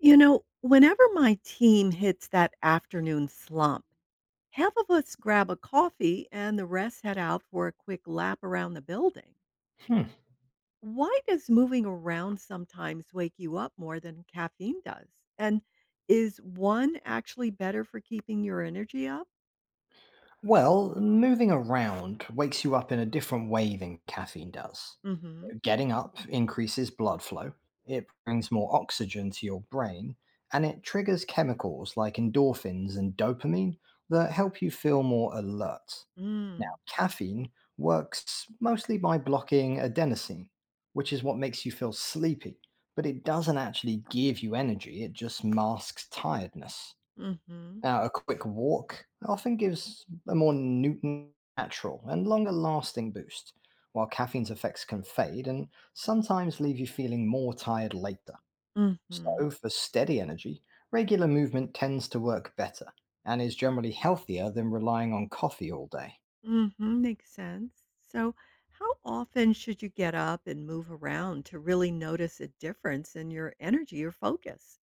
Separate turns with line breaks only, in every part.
You know, whenever my team hits that afternoon slump, half of us grab a coffee and the rest head out for a quick lap around the building.
Hmm.
Why does moving around sometimes wake you up more than caffeine does? And is one actually better for keeping your energy up?
Well, moving around wakes you up in a different way than caffeine does.
Mm-hmm.
Getting up increases blood flow, it brings more oxygen to your brain, and it triggers chemicals like endorphins and dopamine that help you feel more alert. Now,
Mm.
caffeine works mostly by blocking adenosine, which is what makes you feel sleepy, but it doesn't actually give you energy, it just masks tiredness.
hmm mm
Now, a quick walk often gives a more natural and longer lasting boost, while caffeine's effects can fade and sometimes leave you feeling more tired later.
Mm-hmm.
So, for steady energy, regular movement tends to work better and is generally healthier than relying on coffee all day.
Mhm, makes sense. So, how often should you get up and move around to really notice a difference in your energy or focus?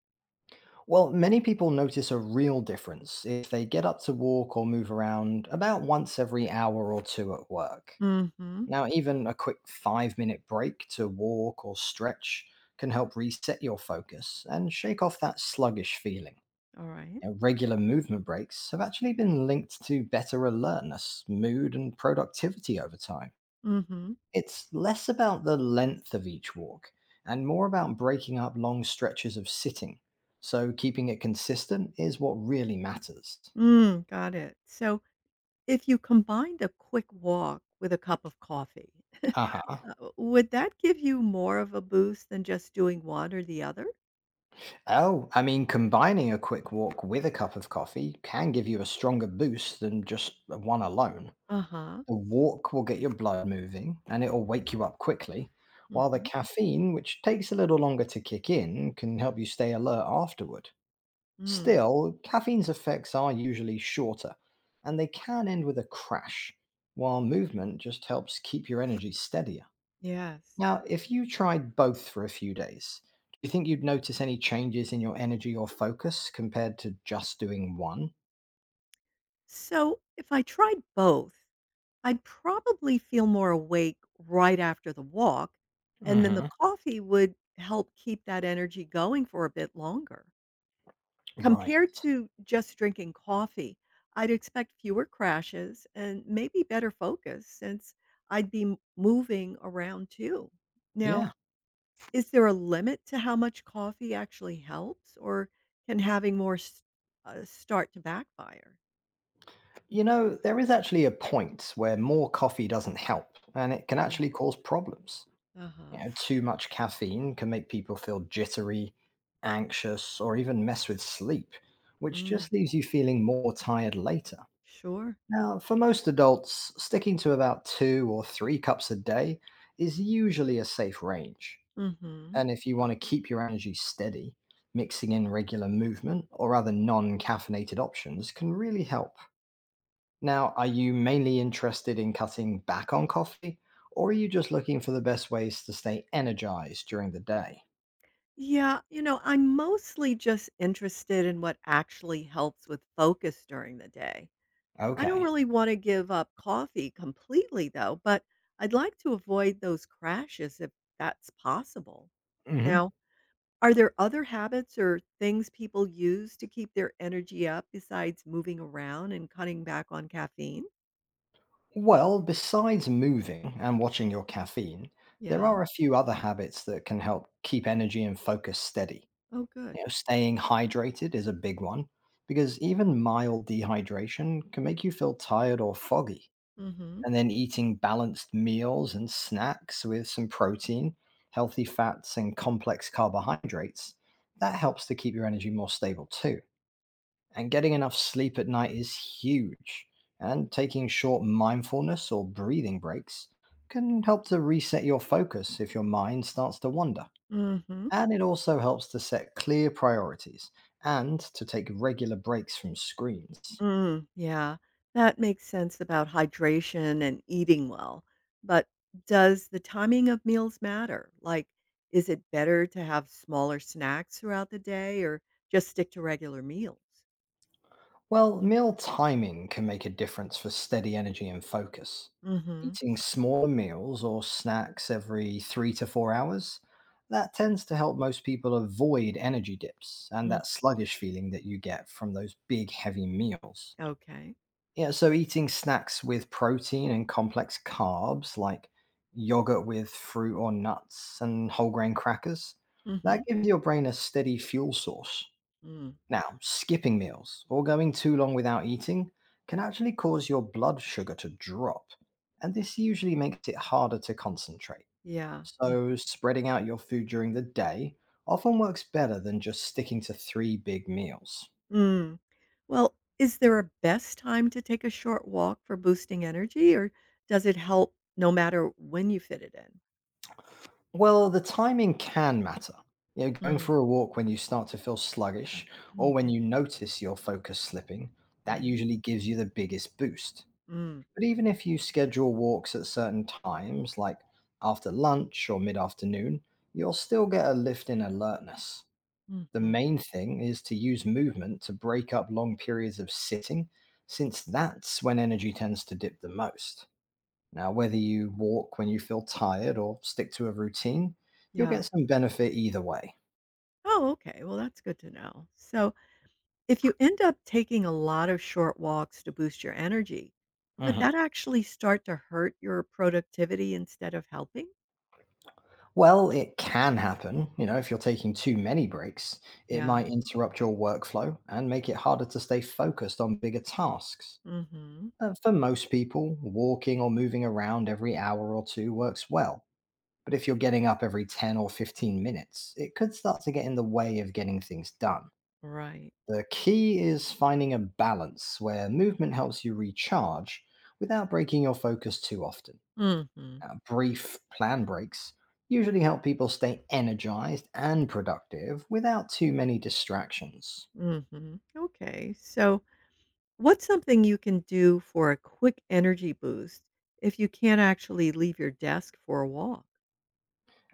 Well, many people notice a real difference if they get up to walk or move around about once every hour or two at work.
Mhm.
Now, even a quick 5-minute break to walk or stretch can help reset your focus and shake off that sluggish feeling.
All right.
Now, regular movement breaks have actually been linked to better alertness, mood, and productivity over time.
Mhm.
It's less about the length of each walk and more about breaking up long stretches of sitting. So, keeping it consistent is what really matters.
Mm, got it. So, if you combined a quick walk with a cup of coffee,
Aha.
would that give you more of a boost than just doing one or the other?
Oh, I mean, combining a quick walk with a cup of coffee can give you a stronger boost than just one alone.
Uh-huh.
The walk will get your blood moving and it'll wake you up quickly, while the
Mhm.
caffeine, which takes a little longer to kick in, can help you stay alert afterward.
Mm.
Still, caffeine's effects are usually shorter and they can end with a crash, while movement just helps keep your energy steadier.
Yes.
Now, if you tried both for a few days, do you think you'd notice any changes in your energy or focus compared to just doing one?
So, if I tried both, I'd probably feel more awake right after the walk, and then the
Hmm.
coffee would help keep that energy going for a bit longer.
Right.
Compared to just drinking coffee, I'd expect fewer crashes and maybe better focus since I'd be moving around too. Now,
Yeah.
is there a limit to how much coffee actually helps, or can having more s start to backfire?
You know, there is actually a point where more coffee doesn't help and it can
Mm.
actually cause problems.
Uh huh.
You know, too much caffeine can make people feel jittery, anxious, or even mess with sleep, which
Mm.
just leaves you feeling more tired later.
Sure.
Now, for most adults, sticking to about 2 or 3 cups a day is usually a safe range.
Mm hmm.
And if you want to keep your energy steady, mixing in regular movement or other non caffeinated options can really help. Now, are you mainly interested in cutting back on coffee, or are you just looking for the best ways to stay energized during the day?
Yeah, I'm mostly just interested in what actually helps with focus during the day. I don't
Okay.
really want to give up coffee completely, though, but I'd like to avoid those crashes if that's possible.
Hmm.
Now, are there other habits or things people use to keep their energy up besides moving around and cutting back on caffeine?
Well, besides moving and watching your caffeine, there
Yeah.
are a few other habits that can help keep energy and focus steady.
Oh, good.
You know, staying hydrated is a big one because even mild dehydration can make you feel tired or foggy.
Mm hmm.
And then eating balanced meals and snacks with some protein, healthy fats, and complex carbohydrates, that helps to keep your energy more stable too. And getting enough sleep at night is huge. And taking short mindfulness or breathing breaks can help to reset your focus if your mind starts to wander.
Mm hmm.
And it also helps to set clear priorities and to take regular breaks from screens.
Mm, yeah, that makes sense about hydration and eating well. But does the timing of meals matter? Like, is it better to have smaller snacks throughout the day or just stick to regular meals?
Well, meal timing can make a difference for steady energy and focus.
Mm-hmm.
Eating smaller meals or snacks every 3 to 4 hours, that tends to help most people avoid energy dips and
Mm,
that sluggish feeling that you get from those big, heavy meals.
okay.
Yeah, so eating snacks with protein and complex carbs like yogurt with fruit or nuts and whole grain crackers, that
Mm-hmm.
gives your brain a steady fuel source.
Mm,
Now, skipping meals or going too long without eating can actually cause your blood sugar to drop, and this usually makes it harder to concentrate.
yeah. Mm.
So, spreading out your food during the day often works better than just sticking to three big meals.
Mm. Well, is there a best time to take a short walk for boosting energy, or does it help no matter when you fit it in?
Well, the timing can matter. You know, going
Mm-hmm.
for a walk when you start to feel sluggish or when
Mm-hmm.
you notice your focus slipping, that
Right.
usually gives you the biggest boost.
Mm.
But even if you schedule walks at certain times, like after lunch or mid afternoon, you'll still get a lift in alertness. The
Mm-hmm.
main thing is to use movement to break up long periods of sitting, since that's when energy tends to dip the most. Now, whether you walk when you feel tired or stick to a routine, you'll
Yeah.
get some benefit either way.
Oh, okay. Well, that's good to know. So, if you end up taking a lot of short walks to boost your energy, could
Mhm.
that actually start to hurt your productivity instead of helping?
Well, it can happen. You know, if you're taking too many breaks, it
Yeah.
might interrupt your workflow and make it harder to stay focused on bigger tasks.
Mm-hmm.
And for most people, walking or moving around every hour or two works well. But if you're getting up every 10 or 15 minutes, it could start to get in the way of getting things done.
Right.
The key is finding a balance where movement helps you recharge without breaking your focus too often.
Mm-hmm.
Brief plan breaks usually help people stay energized and productive without too many distractions.
Mm-hmm. Okay. So, what's something you can do for a quick energy boost if you can't actually leave your desk for a walk?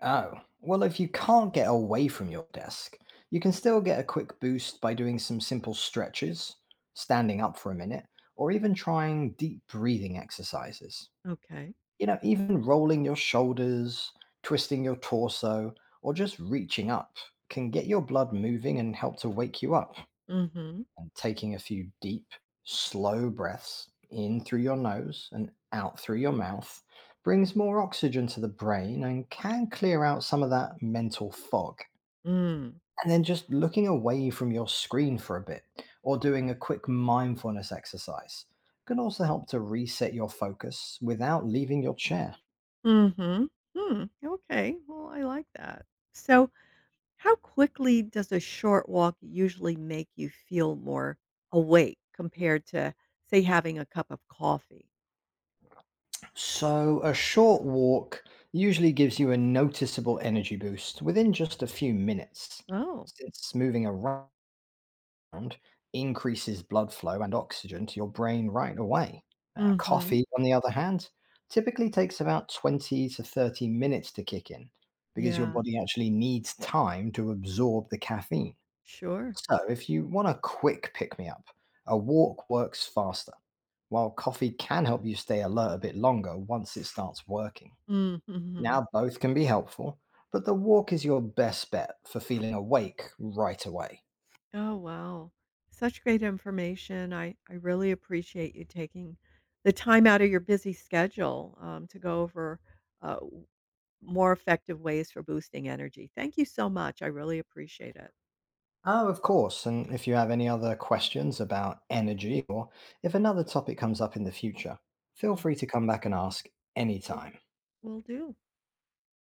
Oh, well, if you can't get away from your desk, you can still get a quick boost by doing some simple stretches, standing up for a minute, or even trying deep breathing exercises.
Okay.
You know, even rolling your shoulders, twisting your torso, or just reaching up can get your blood moving and help to wake you up.
Mm-hmm.
And taking a few deep, slow breaths in through your nose and out through your mouth brings more oxygen to the brain and can clear out some of that mental fog.
Mm.
And then just looking away from your screen for a bit or doing a quick mindfulness exercise can also help to reset your focus without leaving your chair.
Mm-hmm. Hmm. Okay. Well, I like that. So, how quickly does a short walk usually make you feel more awake compared to, say, having a cup of coffee?
So, a short walk usually gives you a noticeable energy boost within just a few minutes,
Oh.
since moving around increases blood flow and oxygen to your brain right away. Now,
Mm. Mhm.
coffee, on the other hand, typically takes about 20 to 30 minutes to kick in because your
Yeah.
body actually needs time to absorb the caffeine.
Sure.
So, if you want a quick pick me up, a walk works faster, while coffee can help you stay alert a bit longer once it starts working.
Mhm.
Now, both can be helpful, but the walk is your best bet for feeling awake right away.
Oh, wow. Such great information. I really appreciate you taking the time out of your busy schedule, to go over, w more effective ways for boosting energy. Thank you so much. I really appreciate it.
Oh, of course. And if you have any other questions about energy or if another topic comes up in the future, feel free
Mm.
to come back and ask anytime.
Will do.